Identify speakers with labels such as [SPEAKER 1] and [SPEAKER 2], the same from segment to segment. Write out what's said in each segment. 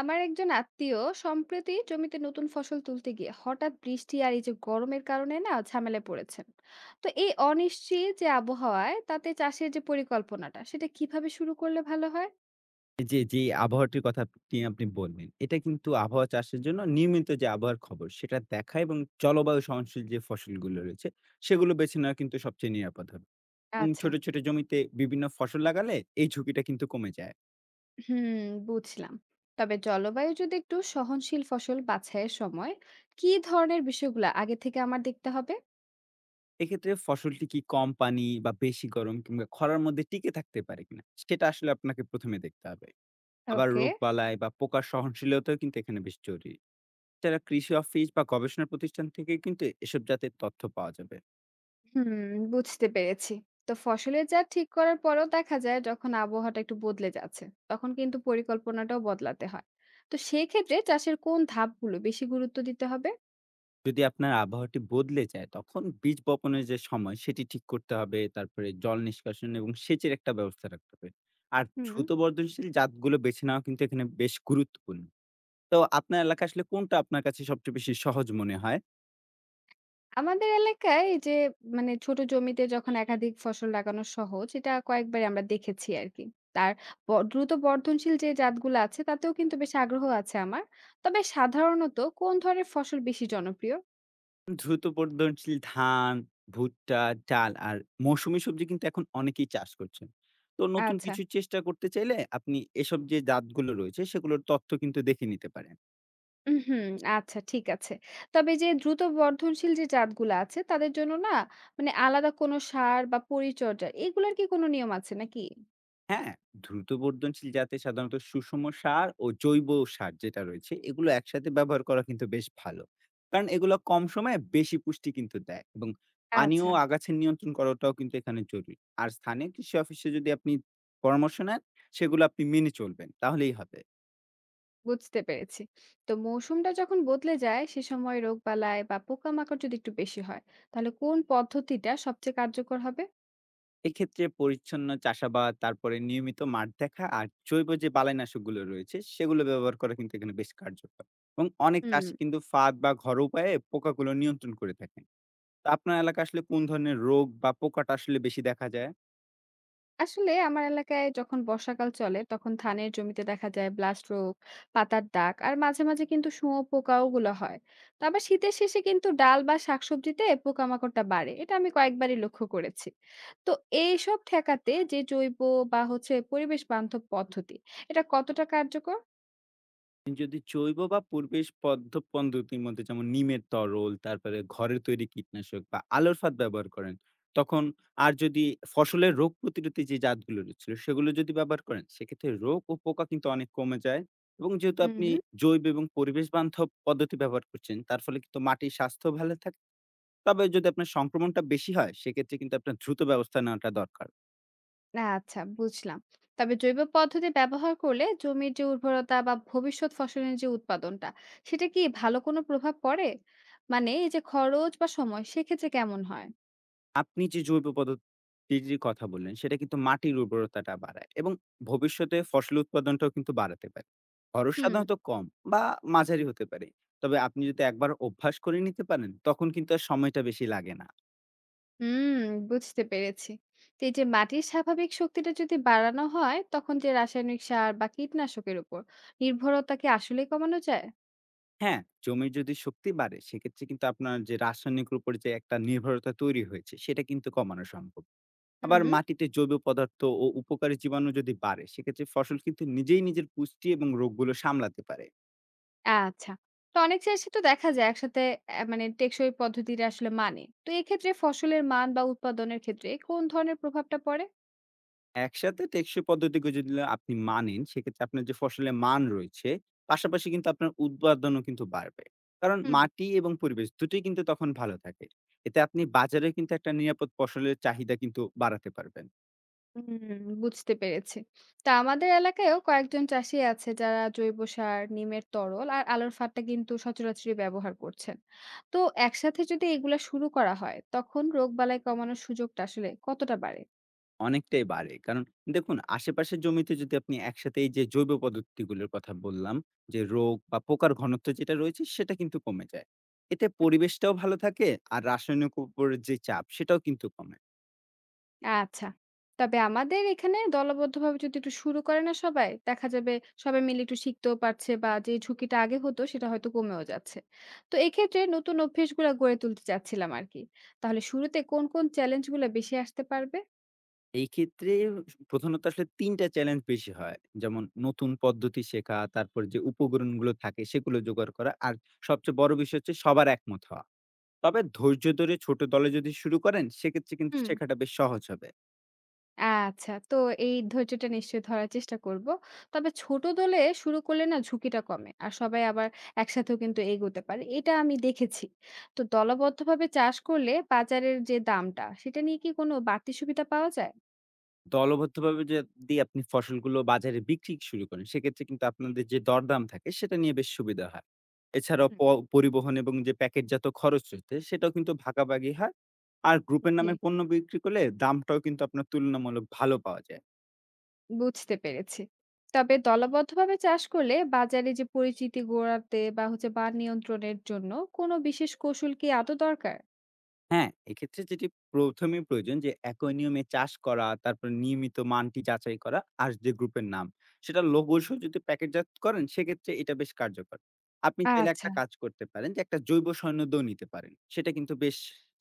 [SPEAKER 1] আমার একজন আত্মীয় সম্প্রতি জমিতে নতুন ফসল তুলতে গিয়ে হঠাৎ বৃষ্টি আর এই যে গরমের কারণে না ঝামেলায় পড়েছেন। তো এই অনিশ্চিত যে আবহাওয়ায় তাতে চাষের যে পরিকল্পনাটা সেটা কিভাবে শুরু করলে ভালো হয়?
[SPEAKER 2] যে আবহাওয়াটির কথা আপনি আপনি বললেন, এটা কিন্তু আবহাওয়া চাষের জন্য নিয়মিত যে আবহাওয়ার খবর সেটা দেখা এবং জলবায়ু সহনশীল যে ফসলগুলো রয়েছে, সেগুলো বেছে নেওয়া কিন্তু সবচেয়ে নিরাপদ হবে। এবং
[SPEAKER 1] আচ্ছা।
[SPEAKER 2] ছোট, ছোট জমিতে বিভিন্ন ফসল লাগালে এই ঝুঁকিটা কিন্তু কমে যায়।
[SPEAKER 1] হুম, বুঝলাম। তবে জলবায়ু যদি একটু সহনশীল ফসল বাছাইয়ের সময় কি ধরনের বিষয়গুলো আগে থেকে আমার দেখতে হবে?
[SPEAKER 2] এক্ষেত্রে ফসলটি কি কম পানি বা বেশি গরম কিংবা খরার মধ্যে টিকে থাকতে পারে কিনা, সেটা আসলে আপনাকে ১ম এ দেখতে হবে। আবার
[SPEAKER 1] ওকে।
[SPEAKER 2] রোগবালাই বা পোকার সহনশীলতাও কিন্তু এখানে বেশ জরুরি। যারা কৃষি অফিস বা গবেষণা প্রতিষ্ঠান থেকে কিন্তু এসব জাতের তথ্য পাওয়া যাবে।
[SPEAKER 1] হুম, বুঝতে পেরেছি। তো ফসলের জাত ঠিক করার পরেও দেখা যায় যখন আবহাওয়াটা একটু বদলে যাচ্ছে, তখন কিন্তু পরিকল্পনাটাও বদলাতে হয়। তো সেই ক্ষেত্রে চাষের কোন ধাপগুলো বেশি গুরুত্ব দিতে হবে?
[SPEAKER 2] যদি আপনার আবহাওয়াটি বদলে যায় তখন বীজ বপনের যে সময় সেটি ঠিক করতে হবে, তারপরে জল নিষ্কাশন এবং সেচের একটা ব্যবস্থা রাখতে হবে। আর
[SPEAKER 1] হুম।
[SPEAKER 2] দ্রুত বর্ধনশীল জাতগুলো বেছে নেওয়া কিন্তু এখানে বেশ গুরুত্বপূর্ণ। তো আপনার এলাকা আসলে কোনটা আপনার কাছে সবচেয়ে বেশি সহজ মনে হয়?
[SPEAKER 1] আমাদের এলাকায় এই যে মানে ছোট জমিতে যখন একাধিক ফসল লাগানো সহজ, এটা কয়েকবার আমরা দেখেছি আর কি। তার দ্রুত বর্ধনশীল যে জাতগুলো আছে তাতেও কিন্তু বেশ আগ্রহ আছে আমার। তবে সাধারণত কোন ধরনের ফসল বেশি জনপ্রিয়?
[SPEAKER 2] দ্রুত বর্ধনশীল ধান, ভুট্টা, ডাল আর মৌসুমী সবজি কিন্তু এখন অনেকেই চাষ করছেন। তো নতুন
[SPEAKER 1] আচ্ছা।
[SPEAKER 2] কিছু চেষ্টা করতে চাইলে আপনি এসব যে জাতগুলো রয়েছে সেগুলোর তথ্য কিন্তু দেখে নিতে পারেন।
[SPEAKER 1] উহুম, আচ্ছা ঠিক আছে। তবে এই যে দ্রুত বর্ধনশীল যে জাতগুলা আছে তাদের জন্য না মানে আলাদা কোনো সার বা পরিচর্যা এগুলার কি কোনো নিয়ম আছে নাকি?
[SPEAKER 2] হ্যাঁ, দ্রুত বর্ধনশীল জাতে সাধারণত সুষম সার ও জৈব সার যেটা রয়েছে, এগুলো একসাথে ব্যবহার করা কিন্তু বেশ ভালো। কারণ এগুলো কম সময়ে বেশি পুষ্টি কিন্তু দেয় এবং পানি ও
[SPEAKER 1] আচ্ছা,
[SPEAKER 2] আগাছা নিয়ন্ত্রণ করাটাও কিন্তু এখানে জরুরি। আর স্থানীয় কৃষি অফিসে যদি আপনি পরামর্শ নেন, সেগুলো আপনি মেনে চলবেন, তাহলেই হবে।
[SPEAKER 1] বুঝতে পেরেছি। তো মৌসুমটা যখন বদলে যায় সে সময় রোগবালাই বা পোকামাকড় যদি একটু বেশি হয়, তাহলে কোন পদ্ধতিটা সবচেয়ে কার্যকর হবে?
[SPEAKER 2] এক্ষেত্রে পরিচ্ছন্ন চাষাবাদ, তারপরে নিয়মিত মাঠ দেখা আর জৈব যে বালাইনাশকগুলো রয়েছে, সেগুলো ব্যবহার করা কিন্তু এখানে বেশ কার্যকর। এবং অনেক
[SPEAKER 1] হুম।
[SPEAKER 2] চাষী কিন্তু ফাঁদ বা ঘরোয়া উপায়ে পোকাগুলো নিয়ন্ত্রণ করে থাকে। তো আপনার এলাকায় আসলে কোন ধরনের রোগ বা পোকাটা আসলে বেশি দেখা যায়?
[SPEAKER 1] আসলে আমার এলাকায় যখন বর্ষাকাল চলে তখন ধানের জমিতে দেখা যায় ব্লাস্ট রোগ, পাতার দাগ আর মাঝে মাঝে কিন্তু শুঁয়োপোকাও গুলো হয়। তো আবার শীতের শেষে কিন্তু ডাল বা শাকসবজিতে পোকামাকড়টা বাড়ে, এটা আমি কয়েকবারই লক্ষ্য করেছি। তো এইসব ঠেকাতে যে জৈব বা হচ্ছে পরিবেশ বান্ধব পদ্ধতি, এটা কতটা কার্যকর?
[SPEAKER 2] যদি জৈব বা পরিবেশ পদ্ধতির মধ্যে যেমন নিমের তরল, তারপরে ঘরের তৈরি কীটনাশক বা আলোর ফাঁদ ব্যবহার করেন, তখন আর যদি ফসলের রোগ প্রতিরোধী যে জাতগুলো রয়েছিল, সেগুলো যদি ব্যবহার করেন, সেক্ষেত্রে রোগ ও পোকা কিন্তু অনেক কমে যায়। এবং যেহেতু আপনি
[SPEAKER 1] হুম।
[SPEAKER 2] জৈব এবং পরিবেশ বান্ধব পদ্ধতি ব্যবহার করছেন, তার ফলে কিন্তু মাটির স্বাস্থ্য ভালো থাকে। তবে যদি আপনার সংক্রমণটা বেশি হয়, সেক্ষেত্রে কিন্তু আপনার দ্রুত ব্যবস্থা নেওয়াটা দরকার।
[SPEAKER 1] না আচ্ছা, বুঝলাম। তবে জৈব পদ্ধতি ব্যবহার করলে জমির যে উর্বরতা বা ভবিষ্যৎ ফসলের যে উৎপাদনটা, সেটা কি ভালো কোনো প্রভাব পড়ে? মানে এই যে খরচ বা সময় সেক্ষেত্রে কেমন হয়?
[SPEAKER 2] আপনি যে জৈব পদ্ধতির যে কথা বললেন, সেটা কিন্তু মাটির উর্বরতাটা বাড়ায় এবং ভবিষ্যতে ফসল উৎপাদনটাও কিন্তু বাড়াতে পারে। খরচ
[SPEAKER 1] হুম,
[SPEAKER 2] সাধারণত কম বা মাঝারি হতে পারে। তবে আপনি যদি একবার অভ্যাস করে নিতে পারেন, তখন কিন্তু আর সময়টা বেশি লাগে না।
[SPEAKER 1] হুম, বুঝতে পেরেছি। তো এই যে মাটির স্বাভাবিক শক্তিটা যদি বাড়ানো হয়, তখন যে রাসায়নিক সার বা কীটনাশকের উপর নির্ভরতা কি আসলেই কমানো যায়?
[SPEAKER 2] হ্যাঁ, জমির যদি শক্তি বাড়ে, সেক্ষেত্রে কিন্তু আপনার যে রাসায়নিকের উপরে যে একটা নির্ভরতা তৈরি হয়েছে, সেটা কিন্তু কমানো সম্ভব। আবার
[SPEAKER 1] হুম।
[SPEAKER 2] মাটিতে জৈব পদার্থ ও উপকারী জীবাণু যদি বাড়ে, সেক্ষেত্রে ফসল কিন্তু নিজেই নিজের পুষ্টি এবং রোগগুলো সামলাতে পারে।
[SPEAKER 1] আচ্ছা। তো অনেক চাষী তো দেখা যায় একসাথে মানে টেকসই পদ্ধতিটা আসলে মানে। তো এক্ষেত্রে ফসলের মান বা উৎপাদনের ক্ষেত্রে কোন ধরনের প্রভাবটা পড়ে?
[SPEAKER 2] একসাথে টেকসই পদ্ধতিগুলো যদি আপনি মানেন, সেক্ষেত্রে আপনার যে ফসলের মান রয়েছে, পাশাপাশি কিন্তু আপনার উৎপাদনও কিন্তু বাড়বে। কারণ
[SPEAKER 1] হুম।
[SPEAKER 2] মাটি এবং পরিবেশ দুটোই কিন্তু তখন ভালো থাকে। এতে আপনি বাজারে কিন্তু একটা নিরাপদ ফসলের চাহিদা কিন্তু বাড়াতে পারবেন।
[SPEAKER 1] হুম, বুঝতে পেরেছি। তা আমাদের এলাকায়ও কয়েকজন চাষী আছে যারা জৈব সার, নিমের তরল আর আলোর ফাঁদটা কিন্তু সচরাচরই ব্যবহার করছেন। তো একসাথে যদি এগুলা শুরু করা হয় তখন রোগবালাই কমানোর সুযোগটা আসলে কতটা বাড়ে?
[SPEAKER 2] অনেকটাই বাড়ে। কারণ দেখুন আশেপাশের জমিতে যদি আপনি একসাথে এই যে জৈব পদ্ধতিগুলোর কথা বললাম, যে রোগ বা পোকার ঘনত্ব যেটা রয়েছে সেটা কিন্তু কমে যায়। এতে পরিবেশটাও ভালো থাকে আর রাসায়নিক উপরের যে চাপ সেটাও কিন্তু কমে।
[SPEAKER 1] আচ্ছা। তবে আমাদের এখানে দলবদ্ধভাবে যদি একটু শুরু করে না সবাই, দেখা যাবে সবাই মিলে একটু শিখতেও পারছে বা যে ঝুঁকিটা আগে হতো সেটা হয়তো কমেও যাচ্ছে। তো এক্ষেত্রে নতুন অভ্যেসগুলা গড়ে তুলতে চাচ্ছিলাম আরকি। তাহলে শুরুতে কোন চ্যালেঞ্জগুলা বেশি আসতে পারবে?
[SPEAKER 2] এই ক্ষেত্রে প্রধানত আসলে ৩ টা চ্যালেঞ্জ বেশি হয়। যেমন নতুন পদ্ধতি শেখা, তারপর যে উপকরণগুলো থাকে সেগুলো জোগাড় করা। আর সবচেয়ে বড় বিষয় হচ্ছে সবার একমত হওয়া। তবে ধৈর্য ধরে ছোট দলে যদি শুরু করেন সেক্ষেত্রে কিন্তু
[SPEAKER 1] হুম।
[SPEAKER 2] শেখাটা বেশ সহজ হবে।
[SPEAKER 1] আচ্ছা। তো এই ধৈর্যটা নিশ্চয়ই ধরার চেষ্টা করব। তবে ছোট দলে শুরু করলে না ঝুঁকিটা কমে। আর সবাই আবার একসাথেও কিন্তু এগোতে পারে। এটা আমি দেখেছি। তো দলবদ্ধভাবে চাষ করলে বাজারের যে দামটা সেটা নিয়ে কি কোনো বাড়তি সুবিধা পাওয়া যায়?
[SPEAKER 2] দলবদ্ধভাবে যদি আপনি ফসলগুলো বাজারে বিক্রি শুরু করেন সেক্ষেত্রে কিন্তু আপনাদের যে দরদাম থাকে সেটা নিয়ে বেশ সুবিধা হয়। এছাড়াও
[SPEAKER 1] হুম।
[SPEAKER 2] প পরিবহন এবং যে প্যাকেটজাত খরচ রয়েছে সেটাও কিন্তু ভাগাভাগি হয়। আর গ্রুপের
[SPEAKER 1] জি,
[SPEAKER 2] নামে পণ্য বিক্রি করলে দামটাও কিন্তু আপনার তুলনামূলক ভালো পাওয়া যায়।
[SPEAKER 1] বুঝতে পেরেছি। তবে দলবদ্ধভাবে চাষ করলে বাজারে যে পরিচিতি গড়াতে বা হচ্ছে মান নিয়ন্ত্রণের জন্য কোনো বিশেষ কৌশল কি আদৌ দরকার?
[SPEAKER 2] হ্যাঁ, এক্ষেত্রে যেটি ১ম এ প্রয়োজন যে অ্যাকোয়ারিয়ামে চাষ করা, তারপর নিয়মিত মানটি যাচাই করা আর যে গ্রুপের নাম, সেটার লোগো সহ যদি প্যাকেটজাত করেন সেক্ষেত্রে এটা বেশ কার্যকর। আপনি চাইলে
[SPEAKER 1] আচ্ছা।
[SPEAKER 2] একটা কাজ করতে পারেন যে একটা জৈব সৈন্য দিয়েও নিতে পারেন। সেটা কিন্তু বেশ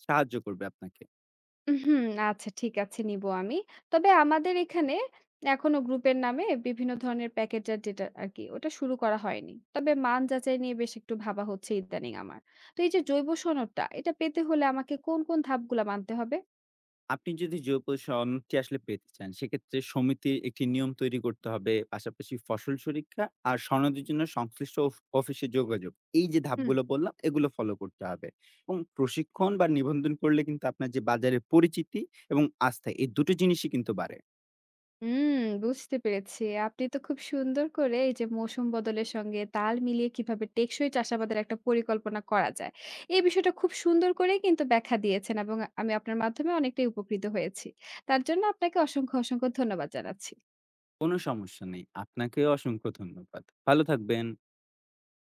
[SPEAKER 2] সাহায্য করবে আপনাকে।
[SPEAKER 1] হুম, আচ্ছা ঠিক আছে নিবো আমি। তবে আমাদের এখানে এখনো গ্রুপের নামে বিভিন্ন ধরনের প্যাকেটজাত যেটা আরকি ওটা শুরু করা হয়নি। তবে মান যাচাই নিয়ে বেশ একটু ভাবা হচ্ছে ইদানিং আমার। তো এই যে জৈব সনদটা এটা পেতে হলে আমাকে কোন ধাপগুলা মানতে হবে?
[SPEAKER 2] আপনি যদি জৈব সনদটি আসলে পেতে চান, সেক্ষেত্রে সমিতির একটি নিয়ম তৈরি করতে হবে। পাশাপাশি ফসল সুরক্ষা আর সনদের জন্য সংশ্লিষ্ট অফিসে যোগাযোগ। এই যে ধাপগুলো বললাম, এগুলো ফলো করতে হবে এবং প্রশিক্ষণ বা নিবন্ধন করলে কিন্তু আপনার যে বাজারে পরিচিতি এবং আস্থা, এই দুটো জিনিসই কিন্তু বাড়ে।
[SPEAKER 1] হুম, বুঝতে পেরেছি। আপনি তো খুব সুন্দর করে এই যে মৌসুম বদলের সঙ্গে তাল মিলিয়ে কিভাবে টেকসই চাষাবাদের একটা পরিকল্পনা করা যায়। এই বিষয়টা খুব সুন্দর করেই কিন্তু ব্যাখ্যা দিয়েছেন এবং আমি আপনার মাধ্যমে অনেকটাই উপকৃত হয়েছি। তার জন্য আপনাকে অসংখ্য, অসংখ্য ধন্যবাদ জানাচ্ছি।
[SPEAKER 2] কোনো সমস্যা নেই। আপনাকেও অসংখ্য ধন্যবাদ। ভালো থাকবেন।